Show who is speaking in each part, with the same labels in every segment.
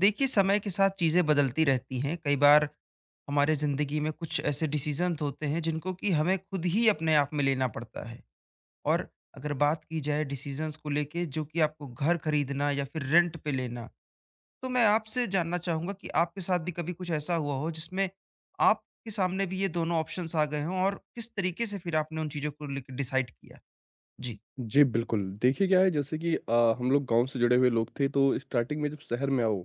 Speaker 1: देखिए, समय के साथ चीज़ें बदलती रहती हैं। कई बार हमारे ज़िंदगी में कुछ ऐसे डिसीज़न्स होते हैं जिनको कि हमें खुद ही अपने आप में लेना पड़ता है। और अगर बात की जाए डिसीज़न्स को लेके, जो कि आपको घर खरीदना या फिर रेंट पे लेना, तो मैं आपसे जानना चाहूँगा कि आपके साथ भी कभी कुछ ऐसा हुआ हो जिसमें आपके सामने भी ये दोनों ऑप्शंस आ गए हों, और किस तरीके से फिर आपने उन चीज़ों को लेके डिसाइड किया? जी,
Speaker 2: जी, बिल्कुल। देखिए क्या है जैसे कि हम लोग गाँव से जुड़े हुए लोग थे तो स्टार्टिंग में जब शहर में आओ,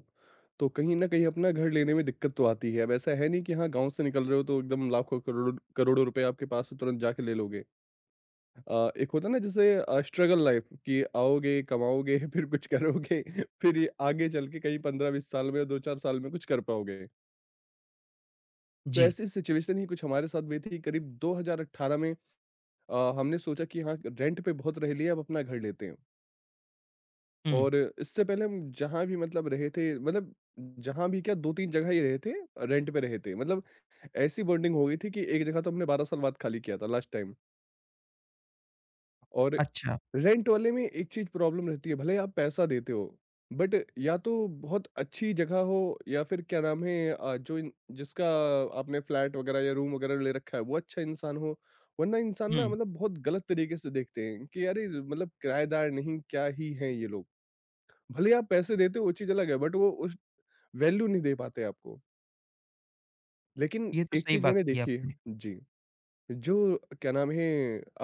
Speaker 2: तो कहीं न कहीं अपना घर लेने में दिक्कत तो आती है। अब ऐसा है नहीं कि हाँ, गाँव से निकल रहे हो तो एकदम लाखों करोड़ों करोड़ों रुपए आपके पास है तुरंत जाके ले लोगे। एक होता है ना जैसे स्ट्रगल लाइफ़ कि आओगे, कमाओगे फिर कुछ करोगे। फिर ये आगे चल के कहीं 15-20 साल में या 2-4 साल में कुछ कर पाओगे। तो
Speaker 1: जी।
Speaker 2: ऐसी सिचुएशन ही कुछ हमारे साथ हुई थी करीब 2018 में। हमने सोचा कि हाँ, रेंट पे बहुत रह लिया अब अपना घर लेते हैं।
Speaker 1: हुँ,
Speaker 2: और इससे पहले हम जहाँ भी मतलब रहे थे, मतलब जहाँ भी क्या 2-3 जगह ही रहे थे, रेंट पे रहे थे। मतलब ऐसी बॉन्डिंग हो गई थी कि एक जगह तो हमने 12 साल बाद खाली किया था लास्ट टाइम। और
Speaker 1: अच्छा।
Speaker 2: रेंट वाले में एक चीज़ प्रॉब्लम रहती है, भले ही आप पैसा देते हो, बट या तो बहुत अच्छी जगह हो या फिर क्या नाम है अ, जो इन जिसका आपने फ्लैट वगैरह या रूम वगैरह ले रखा है, वो अच्छा इंसान हो। वरना इंसान ना
Speaker 1: हुँ,
Speaker 2: मतलब बहुत गलत तरीके से देखते हैं कि अरे! मतलब किराएदार नहीं, क्या ही हैं ये लोग। भले ही आप पैसे देते हो, वो चीज़ अलग है, बट वो उस वैल्यू नहीं दे पाते आपको। लेकिन
Speaker 1: ये तो
Speaker 2: एक
Speaker 1: सही
Speaker 2: चीज़
Speaker 1: बात
Speaker 2: मैंने
Speaker 1: कही
Speaker 2: देखी है
Speaker 1: आपने।
Speaker 2: जी, जो क्या नाम है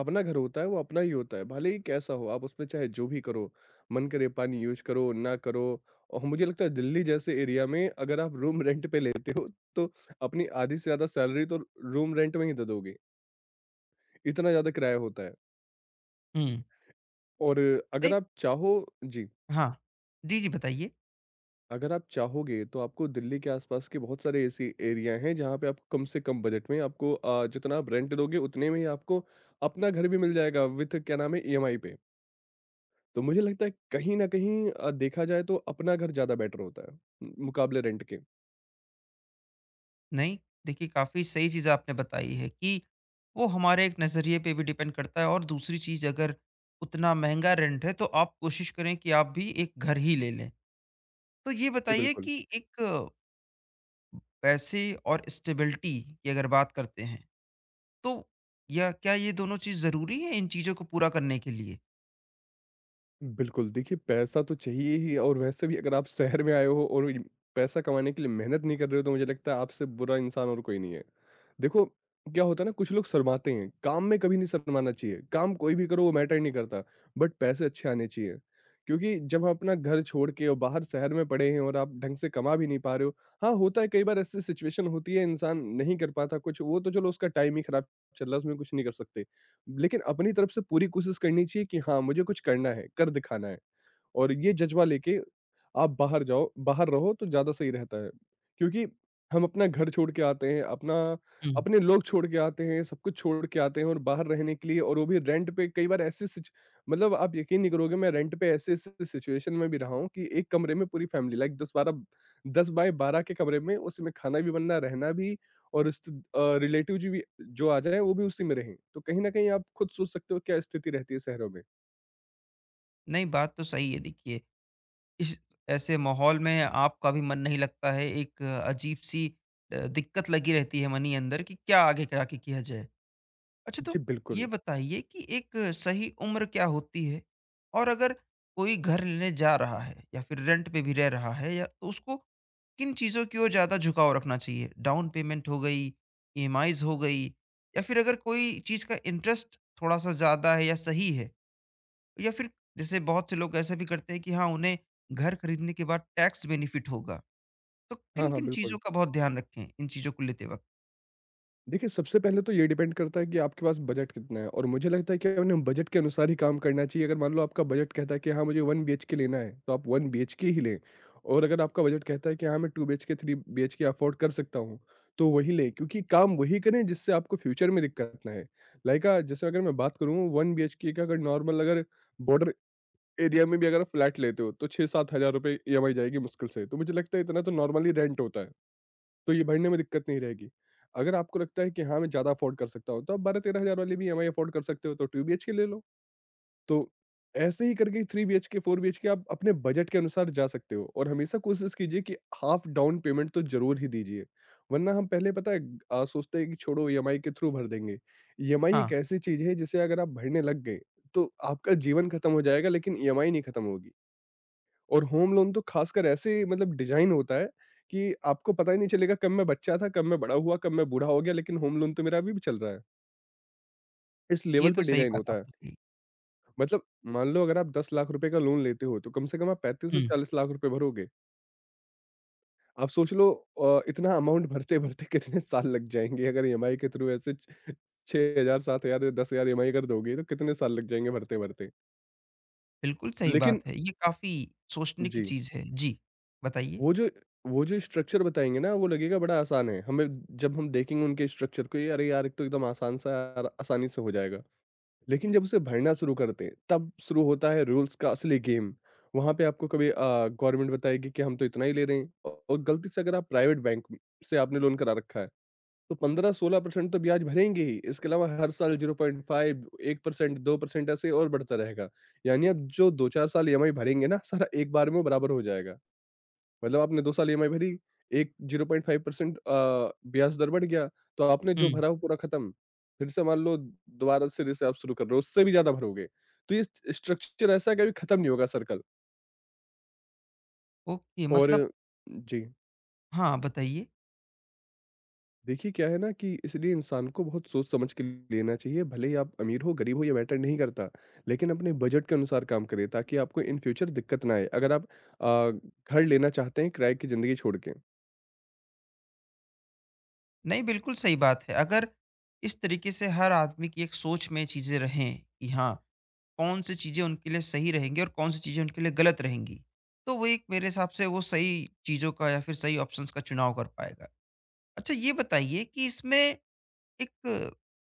Speaker 2: अपना घर होता है वो अपना ही होता है, भले ही कैसा हो आप उसमें चाहे जो भी करो, मन करे पानी यूज़ करो, ना करो। और मुझे लगता है दिल्ली जैसे एरिया में अगर आप रूम रेंट पे लेते हो तो अपनी आधी से ज़्यादा सैलरी तो रूम रेंट में ही दे दोगे, इतना ज़्यादा किराया होता है।
Speaker 1: हुँ,
Speaker 2: और
Speaker 1: नहीं।
Speaker 2: अगर आप चाहो जी।
Speaker 1: हाँ। जी, जी बताइए।
Speaker 2: अगर आप चाहोगे तो आपको दिल्ली के आसपास के बहुत सारे ऐसी एरिया हैं जहाँ पे आपको कम से कम बजट में आपको जितना आप रेंट दोगे उतने में ही आपको अपना घर भी मिल जाएगा विथ क्या नाम है ईएमआई पे। तो मुझे लगता है कहीं ना कहीं देखा जाए तो अपना घर ज़्यादा बेटर होता है मुकाबले रेंट के।
Speaker 1: नहीं, देखिए, काफ़ी सही चीज़ आपने बताई है कि वो हमारे एक नज़रिए पे भी डिपेंड करता है, और दूसरी चीज़, अगर उतना महँगा रेंट है, तो आप कोशिश करें कि आप भी एक घर ही ले लें। तो ये
Speaker 2: जी
Speaker 1: बताइए
Speaker 2: बिल्कुल।
Speaker 1: कि एक पैसे और स्टेबिलिटी की अगर बात करते हैं, तो या क्या ये दोनों चीज़ ज़रूरी है इन चीज़ों को पूरा करने के लिए?
Speaker 2: बिल्कुल, देखिए पैसा तो चाहिए ही और वैसे भी अगर आप शहर में आए हो और इन पैसा कमाने के लिए मेहनत नहीं कर रहे हो तो मुझे लगता है आपसे बुरा इंसान और कोई नहीं है। देखो, क्या होता है ना कुछ लोग शर्माते हैं, काम में कभी नहीं शर्माना चाहिए, काम कोई भी करो वो मैटर नहीं करता, बट पैसे अच्छे आने चाहिए। क्योंकि जब हम अपना घर छोड़ के और बाहर शहर में पड़े हैं और आप ढंग से कमा भी नहीं पा रहे हो, हाँ, होता है कई बार ऐसी सिचुएशन होती है इंसान नहीं कर पाता कुछ, वो तो चलो उसका टाइम ही खराब चल रहा है उसमें कुछ नहीं कर सकते। लेकिन अपनी तरफ से पूरी कोशिश करनी चाहिए कि हाँ, मुझे कुछ करना है, कर दिखाना है और ये जज़्बा लेके आप बाहर जाओ बाहर रहो तो ज़्यादा सही रहता है। क्योंकि हम अपना घर छोड़ के आते हैं, अपना
Speaker 1: हुँ।
Speaker 2: अपने लोग छोड़ के आते हैं, सब कुछ छोड़ के आते हैं और बाहर रहने के लिए और वो भी रेंट पे कई बार ऐसी सिच मतलब आप यकीन नहीं करोगे मैं रेंट पे ऐसे-ऐसे सिचुएशन में भी रहा हूँ कि एक कमरे में पूरी फैमिली लाइक 10-12 10 बाय 12 के कमरे में उसमें खाना भी बनना, रहना भी और रिलेटिव जी भी जो आ जाएँ वो भी उसी में रहें। तो कहीं न कहीं आप खुद सोच सकते हो क्या स्थिति रहती है शहरों में।
Speaker 1: नहीं, बात तो सही है देखिए। इस, ऐसे माहौल में आपका भी मन नहीं लगता है, एक अजीब-सी दिक्कत लगी रहती है मनी अंदर, कि क्या आगे जाके किया जाए। अच्छा, तो
Speaker 2: जी,
Speaker 1: ये
Speaker 2: बिल्कुल।
Speaker 1: बताइए कि एक सही उम्र क्या होती है? और अगर कोई घर लेने जा रहा है या फिर रेंट पे भी रह रहा है, या तो उसको किन चीज़ों की ओर ज़्यादा झुकाव रखना चाहिए? डाउन पेमेंट हो गई, ईएमआईज़ हो गई, या फिर अगर कोई चीज़ का इंटरेस्ट थोड़ा-सा ज़्यादा है या सही है, या फिर जैसे बहुत से लोग ऐसा भी करते हैं कि हाँ, उन्हें घर खरीदने के बाद टैक्स बेनिफिट होगा। तो
Speaker 2: हाँ, हाँ,
Speaker 1: किन-किन चीज़ों
Speaker 2: बिल्कुल।
Speaker 1: का बहुत ध्यान रखें इन चीज़ों को लेते वक़्त?
Speaker 2: देखिए, सबसे पहले तो ये डिपेंड करता है कि आपके पास बजट कितना है और मुझे लगता है कि अपने बजट के अनुसार ही काम करना चाहिए। अगर मान लो आपका बजट कहता है कि हाँ, मुझे 1 बीएचके लेना है, तो आप 1 बीएचके ही लें। और अगर आपका बजट कहता है कि हाँ, मैं 2 बीएचके, 3 बीएचके अफ़ोर्ड कर सकता हूँ, तो वही लें क्योंकि काम वही करें जिससे आपको फ्यूचर में दिक्कत ना आए। लाइक जैसे अगर मैं बात करूँ 1 बीएचके का अगर नॉर्मल अगर बॉर्डर एरिया में भी अगर आप फ्लैट लेते हो, तो 6-7 हज़ार रुपए ईएमआई जाएगी मुश्किल से। तो मुझे लगता है इतना तो नॉर्मली रेंट होता है। तो ये भरने में दिक्कत नहीं रहेगी। अगर आपको लगता है कि हाँ, मैं ज़्यादा अफ़ोर्ड कर सकता हूँ, तो आप 12-13 हज़ार वाली भी ईएमआई अफ़ोर्ड कर सकते हो, तो 2 बीएचके ले लो। तो ऐसे ही करके 3 बीएचके, 4 बीएचके आप अपने बजट के अनुसार जा सकते हो और हमेशा कोशिश कीजिए कि हाफ डाउन पेमेंट तो ज़रूर ही दीजिए। वरना हम पहले पता है सोचते हैं कि छोड़ो ईएमआई के थ्रू भर देंगे। ईएमआई
Speaker 1: हाँ,
Speaker 2: एक ऐसी चीज़ है जिसे अगर आप भरने लग गए, तो आपका जीवन खत्म हो जाएगा लेकिन ईएमआई नहीं खत्म होगी। और होम लोन तो खासकर ऐसे मतलब डिजाइन होता है कि आपको पता ही नहीं चलेगा कब मैं बच्चा था, कब मैं बड़ा हुआ, कब मैं बूढ़ा हो गया, लेकिन होम लोन तो मेरा अभी भी चल रहा है। इस
Speaker 1: ये
Speaker 2: लेवल
Speaker 1: तो
Speaker 2: पे
Speaker 1: सही
Speaker 2: डिजाइन
Speaker 1: बात
Speaker 2: होता है।
Speaker 1: आपने कही।
Speaker 2: मतलब मान लो अगर आप 10 लाख रुपए का लोन लेते हो, तो कम से कम आप 35 से
Speaker 1: हुँ।
Speaker 2: 40 लाख रुपए भरोगे। आप सोच लो इतना अमाउंट भरते-भरते कितने साल लग जाएँगे अगर ईएमआई के थ्रू ऐसे छ 6,000, 7,000 या 10,000 ईएमआई कर दोगे, तो कितने साल लग जाएँगे भरते-भरते।
Speaker 1: बिल्कुल सही
Speaker 2: लेकिन
Speaker 1: बात है। ये काफ़ी सोचने की
Speaker 2: जी।
Speaker 1: चीज़ है। जी, बताइए?
Speaker 2: वो जो वो जो स्ट्रक्चर बताएँगे ना, वो लगेगा बड़ा आसान है। हमें जब हम देखेंगे उनके स्ट्रक्चर को, ये अरे यार! एक तो एकदम आसान सा और आसानी से हो जाएगा। लेकिन जब उसे भरना शुरू करते हैं, तब शुरू होता है रूल्स का असली गेम। वहाँ पे आपको कभी गवर्नमेंट बताएगी कि हम तो इतना ही ले रहे हैं औ और गलती से अगर आप प्राइवेट बैंक म से आपने लोन करा रखा है, तो 15-16% तो ब्याज भरेंगे ही। इसके अलावा हर साल 0.5, 1%, 2% ऐसे और बढ़ता रहेगा। यानी आप जो 2-4 साल ईएमआई भरेंगे ना, सारा एक बार में वो बराबर हो जाएगा। मतलब आपने 2 साल ईएमआई भरी, एक 0.5% ब्याज दर बढ़ गया, तो आपने जो
Speaker 1: हुँ।
Speaker 2: भरा वो पूरा खत्म। फिर से मान लो दोबारा सिरे से आप शुरू कर रहे हो, उससे भी ज़्यादा भरोगे। तो ये स्ट्रक्चर ऐसा है कभी खत्म नहीं होगा सर्कल।
Speaker 1: ओके,
Speaker 2: और
Speaker 1: मतलब,
Speaker 2: जी,
Speaker 1: हाँ, बताइए।
Speaker 2: देखिए क्या है ना कि इसलिए इंसान को बहुत सोच समझ के लेना चाहिए, भले ही आप अमीर हो, गरीब हो ये मैटर नहीं करता, लेकिन अपने बजट के अनुसार काम करिए ताकि आपको इन फ्यूचर दिक्कत ना आए। अगर आप अ, घर लेना चाहते हैं किराए की ज़िंदगी छोड़ के।
Speaker 1: नहीं, बिल्कुल सही बात है। अगर इस तरीके से हर आदमी की एक सोच में चीज़ें रहें कि हाँ, कौन-सी चीज़ें उनके लिए सही रहेंगी और कौन-सी चीज़ें उनके लिए गलत रहेंगी, तो वो, एक मेरे हिसाब से, वो सही चीज़ों का या फिर सही ऑप्शंस का चुनाव कर पाएगा। अच्छा, ये बताइए कि इसमें एक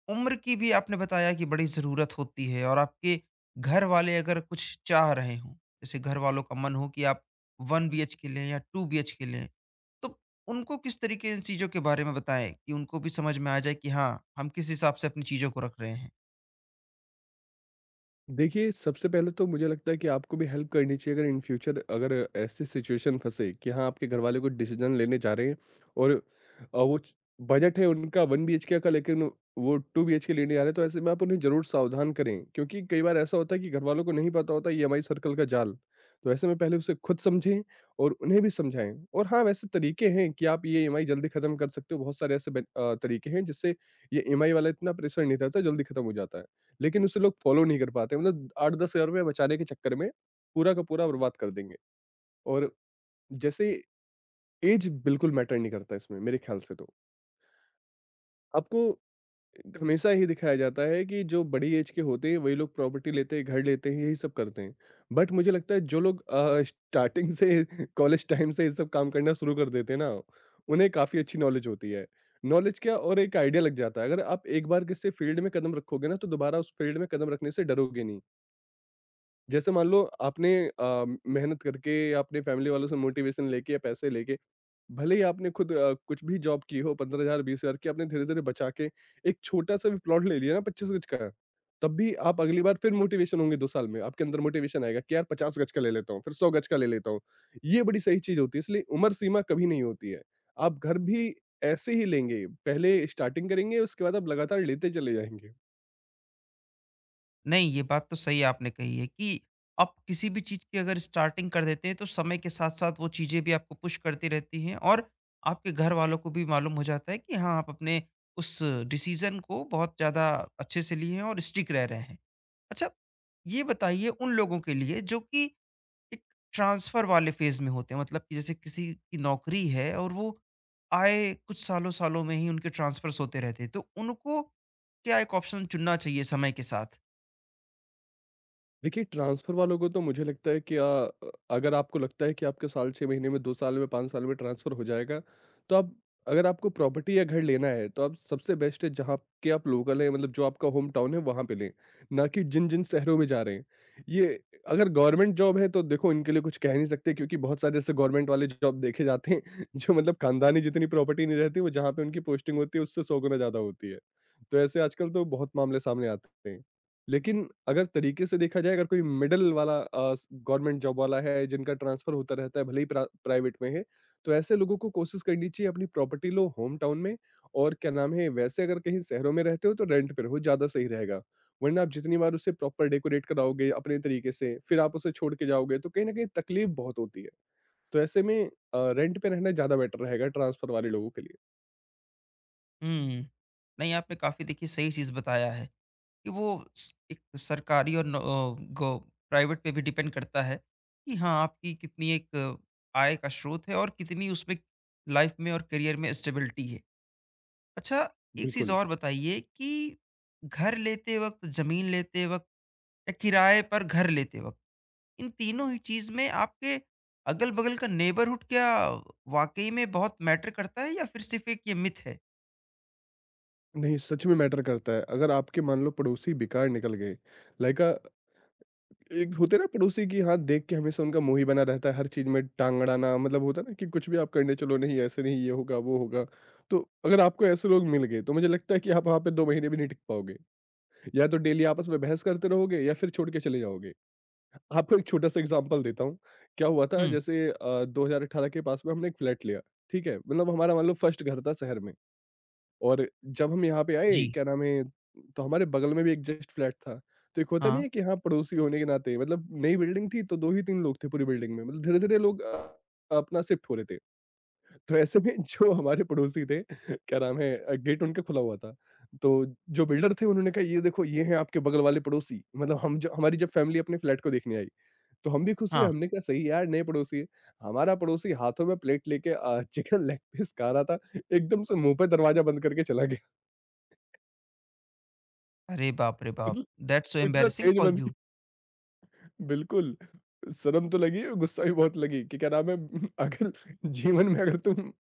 Speaker 1: उम्र की भी आपने बताया कि बड़ी ज़रूरत होती है, और आपके घर वाले अगर कुछ चाह रहे हों, जैसे घर वालों का मन हो कि आप 1 बीएचके लें या 2 बीएचके लें, तो उनको किस तरीके इन चीज़ों के बारे में बताएँ कि उनको भी समझ में आ जाए कि हाँ, हम किस हिसाब से अपनी चीज़ों को रख रहे हैं?
Speaker 2: देखिए, सबसे पहले तो मुझे लगता है कि आपको भी हेल्प करनी चाहिए अगर इन फ्यूचर अगर ऐसी सिचुएशन फँसे कि हाँ, आपके घरवाले कोई डिसीजन लेने जा रहे हैं और अ, वो च बजट है उनका 1 बीएचके का लेकिन वो 2 बीएचके लेने जा रहे हैं, तो ऐसे में आप उन्हें ज़रूर सावधान करें। क्योंकि कई बार ऐसा होता है कि घरवालों को नहीं पता होता ईएमआई सर्कल का जाल। तो ऐसे में पहले उसे खुद समझें और उन्हें भी समझाएँ। और हाँ, वैसे तरीके हैं कि आप ये ईएमआई जल्दी खत्म कर सकते हो। बहुत सारे ऐसे तरीके हैं जिससे ये ईएमआई वाला इतना प्रेशर नहीं रहता, जल्दी खत्म हो जाता है। लेकिन उसे लोग फॉलो नहीं कर पाते मतलब 8-10 हज़ार रुपये बचाने के चक्कर में पूरा का पूरा बर्बाद कर देंगे। और जैसे एज बिल्कुल मैटर नहीं करता इसमें मेरे ख्याल से तो। आपको हमेशा ही दिखाया जाता है कि जो बड़ी एज के होते हैं वही लोग प्रॉपर्टी लेते हैं, घर लेते हैं, यही सब करते हैं। बट मुझे लगता है जो लोग स्टार्टिंग से कॉलेज टाइम से ये सब काम करना शुरू कर देते हैं ना, उन्हें काफ़ी अच्छी नॉलेज होती है। नॉलेज क्या और एक आइडिया लग जाता है। अगर आप एक बार किसी फील्ड में कदम रखोगे ना तो दोबारा उस फील्ड में कदम रखने से डरोगे नहीं। जैसे मान लो आपने मेहनत करके या अपने फैमिली वालों से मोटिवेशन लेके या पैसे लेके भले ही आपने खुद कुछ भी जॉब की हो 15 हजार 20 हजार की, आपने धीरे धीरे बचा के एक छोटा सा भी प्लॉट ले लिया ना 25 गज का, तब भी आप अगली बार फिर मोटिवेशन होंगे, 2 साल में आपके अंदर मोटिवेशन आएगा कि यार 50 गज का ले लेता हूँ फिर 100 गज का ले लेता हूँ। ये बड़ी सही चीज होती है, इसलिए उम्र सीमा कभी नहीं होती है। आप घर भी ऐसे ही लेंगे, पहले स्टार्टिंग करेंगे उसके बाद आप लगातार लेते चले जाएंगे।
Speaker 1: नहीं, ये बात तो सही आपने कही है कि आप किसी भी चीज़ की अगर स्टार्टिंग कर देते हैं, तो समय के साथ-साथ वो चीज़ें भी आपको पुश करती रहती हैं, और आपके घर वालों को भी मालूम हो जाता है कि हाँ, आप अपने उस डिसीज़न को बहुत ज़्यादा अच्छे से लिए हैं और स्टिक रह रहे हैं। अच्छा, ये बताइए उन लोगों के लिए जो कि एक ट्रांसफ़र वाले फ़ेज़ में होते हैं, मतलब कि जैसे किसी की नौकरी है, और वो, आए कुछ सालों-सालों में ही उनके ट्रांसफ़र्स होते रहते हैं, तो उनको क्या एक ऑप्शन चुनना चाहिए समय के साथ?
Speaker 2: देखिए, ट्रांसफ़र वालों को तो मुझे लगता है कि अगर आपको लगता है कि आपके साल, 6 महीने में, 2 साल में, 5 साल में ट्रांसफ़र हो जाएगा, तो आप अगर आपको प्रॉपर्टी या घर लेना है, तो आप सबसे बेस्ट है जहाँ के आप लोकल हैं, मतलब जो आपका होम टाउन है, वहाँ पे लें, ना कि जिन-जिन शहरों में जा रहे हैं। ये अगर गवर्नमेंट जॉब है, तो देखो इनके लिए कुछ कह नहीं सकते क्योंकि बहुत सारे ऐसे गवर्नमेंट वाले जॉब देखे जाते हैं, जो मतलब खानदानी जितनी प्रॉपर्टी नहीं रहती, वो जहाँ पे उनकी पोस्टिंग होती है, उससे 100 गुना ज़्यादा होती है। तो ऐसे आजकल तो बहुत मामले सामने आते हैं। लेकिन अगर तरीके से देखा जाए अगर कोई मिडल वाला गवर्नमेंट जॉब वाला है जिनका ट्रांसफर होता रहता है भले ही प्राइवेट में है तो ऐसे लोगों को कोशिश करनी चाहिए अपनी प्रॉपर्टी लो होम टाउन में और क्या नाम है वैसे अगर कहीं शहरों में रहते हो तो रेंट पे रहो ज्यादा सही रहेगा। वरना आप जितनी बार उसे प्रॉपर डेकोरेट कराओगे अपने तरीके से फिर आप उसे छोड़ के जाओगे तो कहीं ना कहीं तकलीफ बहुत होती है। तो ऐसे में रेंट पे रहना ज्यादा बेटर रहेगा ट्रांसफर वाले लोगों के लिए।
Speaker 1: हुँ। नहीं, आपने काफ़ी देखिए सही चीज़ बताया है कि वो स एक सरकारी और न अ, गो प्राइवेट पे भी डिपेंड करता है, कि हाँ, आपकी कितनी एक आय का स्रोत है, और कितनी उसमें लाइफ़ में और करियर में स्टेबिलिटी है। अच्छा, एक चीज़
Speaker 2: बिल्कुल।
Speaker 1: और बताइए कि घर लेते वक़्त, ज़मीन लेते वक़्त, या किराए पर घर लेते वक़्त, इन तीनों ही चीज़ में आपके अगल-बगल का नेबरहुड क्या वाक़ई में बहुत मैटर करता है, या फिर सिर्फ़ एक ये मिथ है?
Speaker 2: नहीं, सच में मैटर करता है अगर आपके मान लो पड़ोसी बेकार निकल गए। लाइक एक होते हैं ना पड़ोसी की हाँ देख के हमेशा उनका मुँह ही बना रहता है हर चीज़ में टांग अड़ाना मतलब होता है ना कि कुछ भी आप करने चलो नहीं ऐसे नहीं ये होगा वो होगा। तो अगर आपको ऐसे लोग मिल गए तो मुझे लगता है कि आप वहाँ पे 2 महीने भी नहीं टिक पाओगे। या तो डेली आपस में बहस करते रहोगे या फिर छोड़ के चले जाओगे। आपको एक छोटा-सा एग्ज़ाम्पल देता हूँ। क्या हुआ था
Speaker 1: हुँ।
Speaker 2: जैसे 2018 के पास में हमने एक फ्लैट लिया, ठीक है? मतलब हमारा मान लो फर्स्ट घर था शहर में। और जब हम यहाँ पे
Speaker 1: जी।
Speaker 2: आए, क्या नाम है, तो हमारे बगल में भी एक जस्ट फ्लैट था। तो एक होता नहीं
Speaker 1: हाँ,
Speaker 2: है कि हाँ, पड़ोसी होने के नाते मतलब नई बिल्डिंग थी तो 2 ही 3 लोग थे पूरी बिल्डिंग में। मतलब धीरे-धीरे लोग अपना शिफ्ट हो रहे थे। तो ऐसे में जो हमारे पड़ोसी थे, क्या नाम है गेट उनका खुला हुआ था। तो जो बिल्डर थे उन्होंने कहा, "ये देखो ये हैं आपके बगल वाले पड़ोसी।" मतलब हम ज हमारी जब फैमिली अपने फ्लैट को देखने आई, तो हम भी खुश हुए।
Speaker 1: हाँ।
Speaker 2: हमने कहा, "सही है यार, नए पड़ोसी है।" हमारा पड़ोसी हाथों में प्लेट लेके चिकन लेग पीस खा रहा था। एकदम से मुँह पे दरवाज़ा बंद करके चला गया।
Speaker 1: अरे बाप रे बाप!
Speaker 2: मतलब
Speaker 1: दैट्स सो
Speaker 2: कुछ ना
Speaker 1: एम्बैरेसिंग
Speaker 2: तेज
Speaker 1: फॉर
Speaker 2: बंद की।
Speaker 1: यू।
Speaker 2: बिल्कुल, शर्म तो लगी और गुस्सा भी बहुत लगी कि क्या नाम है अगर जीवन में अगर तुम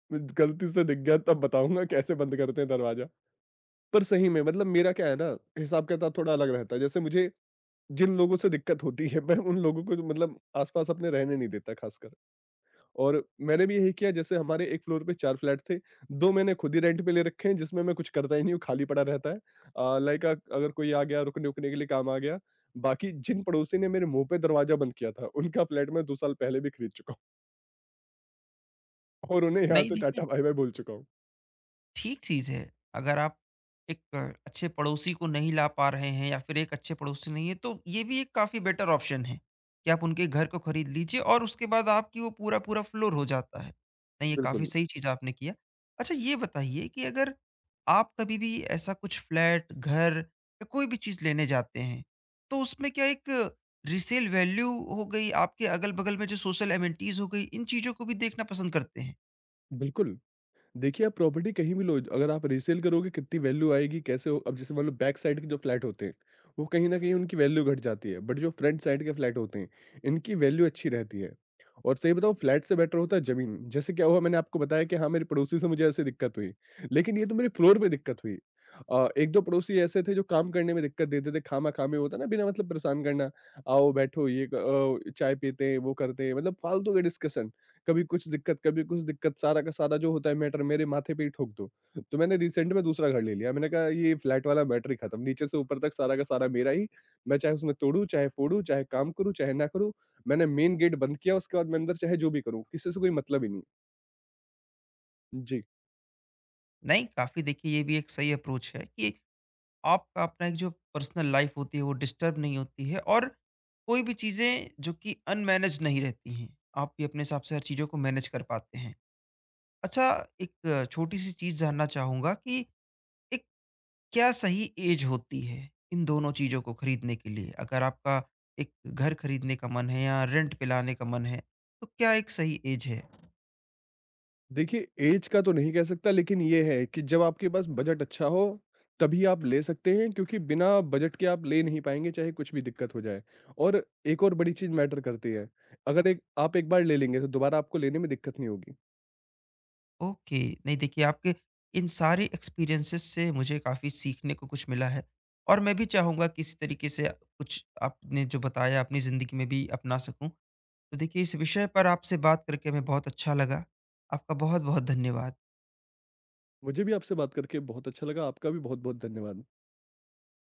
Speaker 2: गलती से दिख गया तब बताऊँगा कैसे बंद करते हैं दरवाज़ा। पर सही में मतलब मेरा क्या है ना, हिसाब किताब थोड़ा अलग रहता है। जैसे मुझे जिन लोगों से दिक्कत होती है मैं उन लोगों को मतलब आस-पास अपने रहने नहीं देता खासकर। और मैंने भी यही किया जैसे हमारे एक फ्लोर पे 4 फ्लैट थे, 2 मैंने खुद ही रेंट पे ले रखे हैं जिसमें मैं कुछ करता ही नहीं हूँ, खाली पड़ा रहता है। लाइक अगर कोई आ गया रुकने-उकने के लिए काम आ गया। बाकी जिन पड़ोसी ने मेरे मुँह पे दरवाज़ा बंद किया था, उनका फ्लैट मैं 2 साल पहले भी खरीद चुका हूँ और उन्हें यहाँ
Speaker 1: नहीं
Speaker 2: से
Speaker 1: देखिए,
Speaker 2: टाटा बाय-बाय बोल चुका हूँ।
Speaker 1: ठीक चीज़ है। अगर आप एक अच्छे पड़ोसी को नहीं ला पा रहे हैं या फिर एक अच्छे पड़ोसी नहीं है, तो ये भी एक काफ़ी बेटर ऑप्शन है कि आप उनके घर को खरीद लीजिए, और उसके बाद आपकी वो पूरा-पूरा फ्लोर हो जाता है। नहीं, ये काफ़ी
Speaker 2: बिल्कुल,
Speaker 1: सही चीज़ आपने किया। अच्छा, ये बताइए कि अगर आप कभी भी ऐसा कुछ फ्लैट, घर या कोई भी चीज़ लेने जाते हैं, तो उसमें क्या एक रीसेल वैल्यू हो गई, आपके अगल-बगल में जो सोशल एमेनिटीज़ हो गई, इन चीज़ों को भी देखना पसंद करते हैं?
Speaker 2: बिल्कुल। देखिए, आप प्रॉपर्टी कहीं भी लो, अगर आप रीसेल करोगे कितनी वैल्यू आएगी, कैसे हो अब जैसे मान लो बैक साइड के जो फ्लैट होते हैं, वो कहीं न कहीं उनकी वैल्यू घट जाती है, बट जो फ्रंट साइड के फ्लैट होते हैं, इनकी वैल्यू अच्छी रहती है। और सही बताऊँ फ्लैट से बेटर होता है ज़मीन, जैसे क्या हुआ मैंने आपको बताया कि हाँ, मेरे पड़ोसी से मुझे ऐसे दिक्कत हुई, लेकिन ये तो मेरे फ्लोर पे दिक्कत हुई। 1-2 पड़ोसी ऐसे थे जो काम करने में दिक्कत देते थे, खामा-खामी होता है ना बिना मतलब परेशान करना, आओ बैठो ये चाय पीते हैं, वो करते हैं, मतलब फालतू का डिस्कशन। कभी कुछ दिक्कत, कभी कुछ दिक्कत, सारा का सारा जो होता है मैटर मेरे माथे पे ही ठोक दो। तो मैंने रिसेंट में दूसरा घर ले लिया। मैंने कहा ये फ्लैट वाला मैटर ही खत्म, नीचे से ऊपर तक सारा का सारा मेरा ही। मैं चाहे उसमें तोड़ूँ, चाहे फोड़ूँ, चाहे काम करूँ, चाहे ना करूँ। मैंने मेन गेट बंद किया, उसके बाद मैं अंदर चाहे जो भी करूँ, किसी से कोई मतलब ही नहीं। जी।
Speaker 1: नहीं, काफ़ी देखिए, ये भी एक सही अप्रोच है कि आपका अपना एक जो पर्सनल लाइफ होती है, वो डिस्टर्ब नहीं होती है, और कोई भी चीज़ें जो कि अनमैनेज नहीं रहती हैं, आप भी अपने हिसाब से हर चीज़ों को मैनेज कर पाते हैं। अच्छा, एक छोटी सी चीज़ जानना चाहूँगा कि एक, क्या सही एज होती है इन दोनों चीज़ों को खरीदने के लिए? अगर आपका एक घर खरीदने का मन है या रेंट पे लाने का मन है, तो क्या एक सही एज है?
Speaker 2: देखिए, ऐज का तो नहीं कह सकता लेकिन ये है कि जब आपके पास बजट अच्छा हो, तभी आप ले सकते हैं क्योंकि बिना बजट के आप ले नहीं पाएँगे चाहे कुछ भी दिक्कत हो जाए। और एक और बड़ी चीज़ मैटर करती है, अगर एक आप एक बार ले लेंगे तो दोबारा आपको लेने में दिक्कत नहीं होगी।
Speaker 1: ओके। नहीं देखिए, आपके इन सारे एक्सपीरियंसेस से मुझे काफ़ी सीखने को कुछ मिला है, और मैं भी चाहूँगा कि इसी तरीके से कुछ आपने जो बताया, अपनी ज़िंदगी में भी अपना सकूँ। तो देखिए, इस विषय पर आपसे बात करके हमें बहुत अच्छा लगा। आपका बहुत बहुत धन्यवाद।
Speaker 2: मुझे भी आपसे बात करके बहुत अच्छा लगा, आपका भी बहुत-बहुत धन्यवाद।